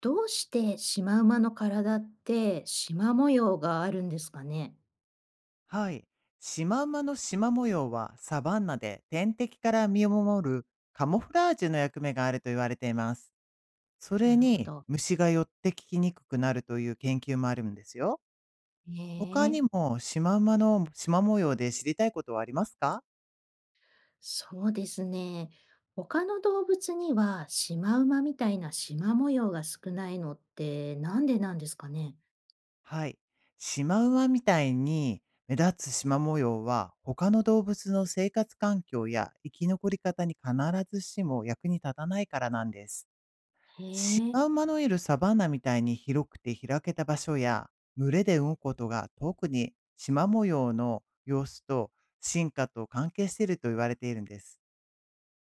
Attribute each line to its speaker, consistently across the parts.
Speaker 1: どうしてシマウマの体ってシマ模様があるんですかね？
Speaker 2: はい。シマウマのシマ模様は、サバンナで天敵から身を守るカモフラージュの役目があると言われています。そ
Speaker 1: な
Speaker 2: れ
Speaker 1: るほ
Speaker 2: に、
Speaker 1: ど。
Speaker 2: 虫が寄ってきにくくなるという研究もあるんですよ。
Speaker 1: へ
Speaker 2: 他
Speaker 1: え、
Speaker 2: にもシマウマのシマ模様で知りたいことはありますか？
Speaker 1: そうですね。他の動物にはシマウマみたいなシマ模様が少ないのってなんでなんですかね？
Speaker 2: はい。シマウマみたいに目立つシマ模様は、他の動物の生活環境や生き残り方に必ずしも役に立たないからなんです。
Speaker 1: へ
Speaker 2: シ
Speaker 1: え、
Speaker 2: マウマのいるサバンナみたいに広くて開けた場所や、群れで動くことが、特に縞模様の様子と進化と関係していると言われているんです。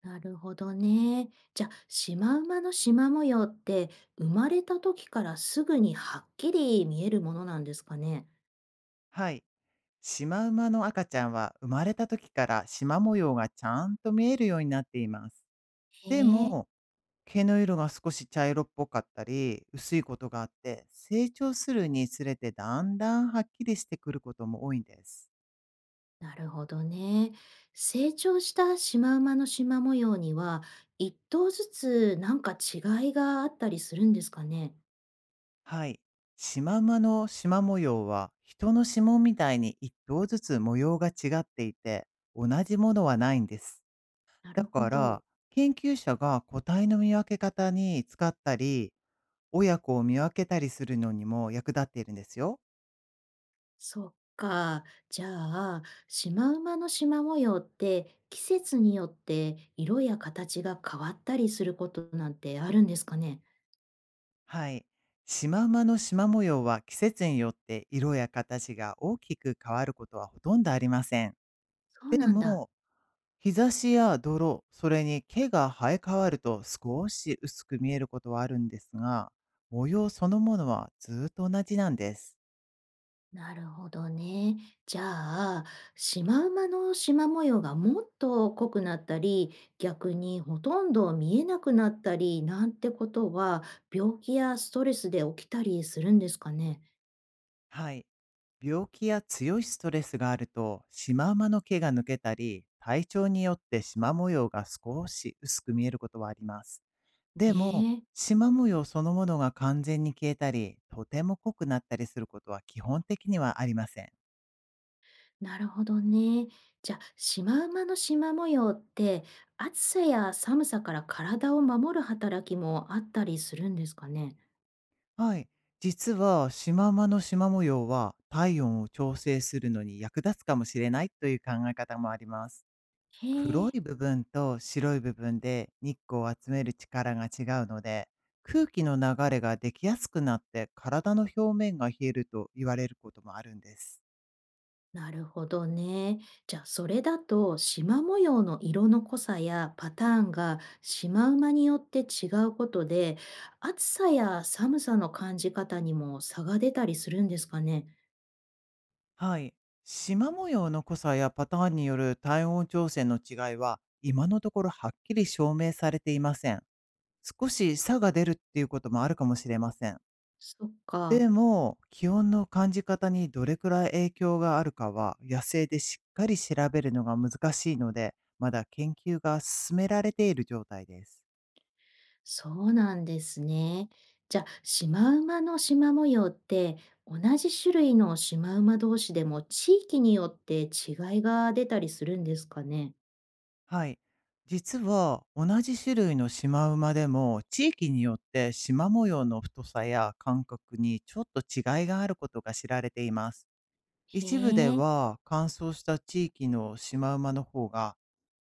Speaker 1: なるほどね。じゃあ、シマウマのシマ模様って生まれた時からすぐにはっきり見えるものなんですかね？
Speaker 2: はい。シマウマの赤ちゃんは、生まれた時から縞模様がちゃんと見えるようになっています。
Speaker 1: へ
Speaker 2: で
Speaker 1: え。
Speaker 2: も、毛の色が少し茶色っぽかったり、薄いことがあって、成長するにつれてだんだんはっきりしてくることも多いんです。
Speaker 1: なるほどね。成長したシマウマのシマ模様には、一頭ずつなんか違いがあったりするんですかね。
Speaker 2: はい。シマウマのシマ模様は、人の指紋みたいに一頭ずつ模様が違っていて、同じものはないんです。
Speaker 1: な
Speaker 2: だ
Speaker 1: るほ
Speaker 2: から、
Speaker 1: ど。
Speaker 2: 研究者が個体の見分け方に使ったり、親子を見分けたりするのにも役立っているんですよ。
Speaker 1: そっか。じゃあ、シマウマのシマ模様って季節によって色や形が変わったりすることなんてあるんですかね。
Speaker 2: はい。シマウマのシマ模様は、季節によって色や形が大きく変わることはほとんどありません。
Speaker 1: そう
Speaker 2: で
Speaker 1: なんだ。
Speaker 2: も、日差しや泥、それに毛が生え変わると少し薄く見えることはあるんですが、模様そのものはずっと同じなんです。
Speaker 1: なるほどね。じゃあ、シマウマのシマ模様がもっと濃くなったり、逆にほとんど見えなくなったりなんてことは、病気やストレスで起きたりするんですかね。
Speaker 2: はい。病気や強いストレスがあると、シマウマの毛が抜けたり、体調によってシマ模様が少し薄く見えることはあります。
Speaker 1: へ
Speaker 2: でも、
Speaker 1: え、
Speaker 2: シマ模様そのものが完全に消えたり、とても濃くなったりすることは基本的にはありません。
Speaker 1: なるほどね。じゃあ、シマウマのシマ模様って、暑さや寒さから体を守る働きもあったりするんですかね。
Speaker 2: はい。実は、シマウマの縞模様は、体温を調整するのに役立つかもしれないという考え方もあります。
Speaker 1: へ
Speaker 2: 黒
Speaker 1: え。
Speaker 2: い部分と白い部分で日光を集める力が違うので、空気の流れができやすくなって、体の表面が冷えると言われることもあるんです。
Speaker 1: なるほどね。じゃあそれだと縞模様の色の濃さやパターンがシマウマによって違うことで暑さや寒さの感じ方にも差が出たりするんですかね。
Speaker 2: はい。縞模様の濃さやパターンによる体温調整の違いは、今のところはっきり証明されていません。少し差が出るっていうこともあるかもしれません。
Speaker 1: そっか。
Speaker 2: でも、気温の感じ方にどれくらい影響があるかは、野生でしっかり調べるのが難しいので、まだ研究が進められている状態です。
Speaker 1: そうなんですね。じゃあシマウマの縞模様って同じ種類のシマウマ同士でも地域によって違いが出たりするんですかね。
Speaker 2: はい。実は、同じ種類のシマウマでも、地域によってシマ模様の太さや感覚にちょっと違いがあることが知られています。一部で
Speaker 1: へえ。
Speaker 2: は、乾燥した地域のシマウマの方が、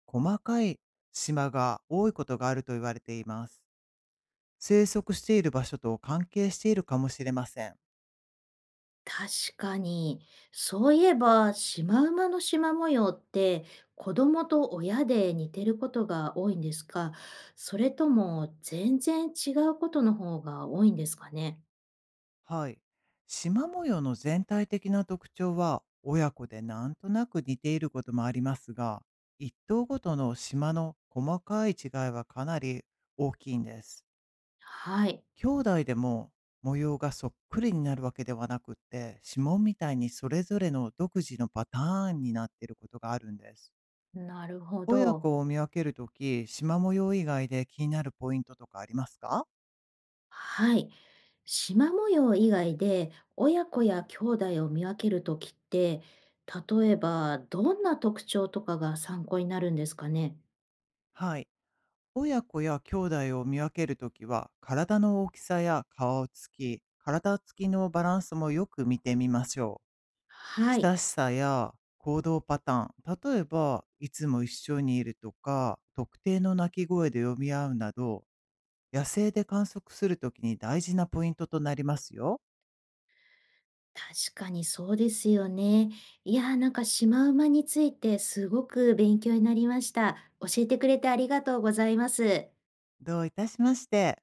Speaker 2: 細かいシマが多いことがあると言われています。生息している場所と関係しているかもしれません。
Speaker 1: 確かに。そういえば、シマウマのシマ模様って、子供と親で似てることが多いんですか、それとも全然違うことの方が多いんですかね？
Speaker 2: はい。縞模様の全体的な特徴は、親子でなんとなく似ていることもありますが、一頭ごとの島の細かい違いはかなり大きいんです。
Speaker 1: はい。
Speaker 2: 兄弟でも模様がそっくりになるわけではなくって、指紋みたいにそれぞれの独自のパターンになっていることがあるんです。
Speaker 1: なるほ
Speaker 2: 親
Speaker 1: ど。
Speaker 2: 子を見分けるとき、縞模様以外で気になるポイントとかありますか？
Speaker 1: はい。シマ模様以外で、親子や兄弟を見分けるときって、例えば、どんな特徴とかが参考になるんですかね？
Speaker 2: はい。親子や兄弟を見分けるときは、体の大きさや顔つき、体つきのバランスもよく見てみましょう。
Speaker 1: はい。
Speaker 2: 親しさや行動パターン、例えば、いつも一緒にいるとか、特定の鳴き声で読み合うなど、野生で観測するときに大事なポイントとなりますよ。
Speaker 1: 確かにそうですよね。いやー、なんかシマウマについてすごく勉強になりました。教えてくれてありがとうございます。
Speaker 2: どういたしまして。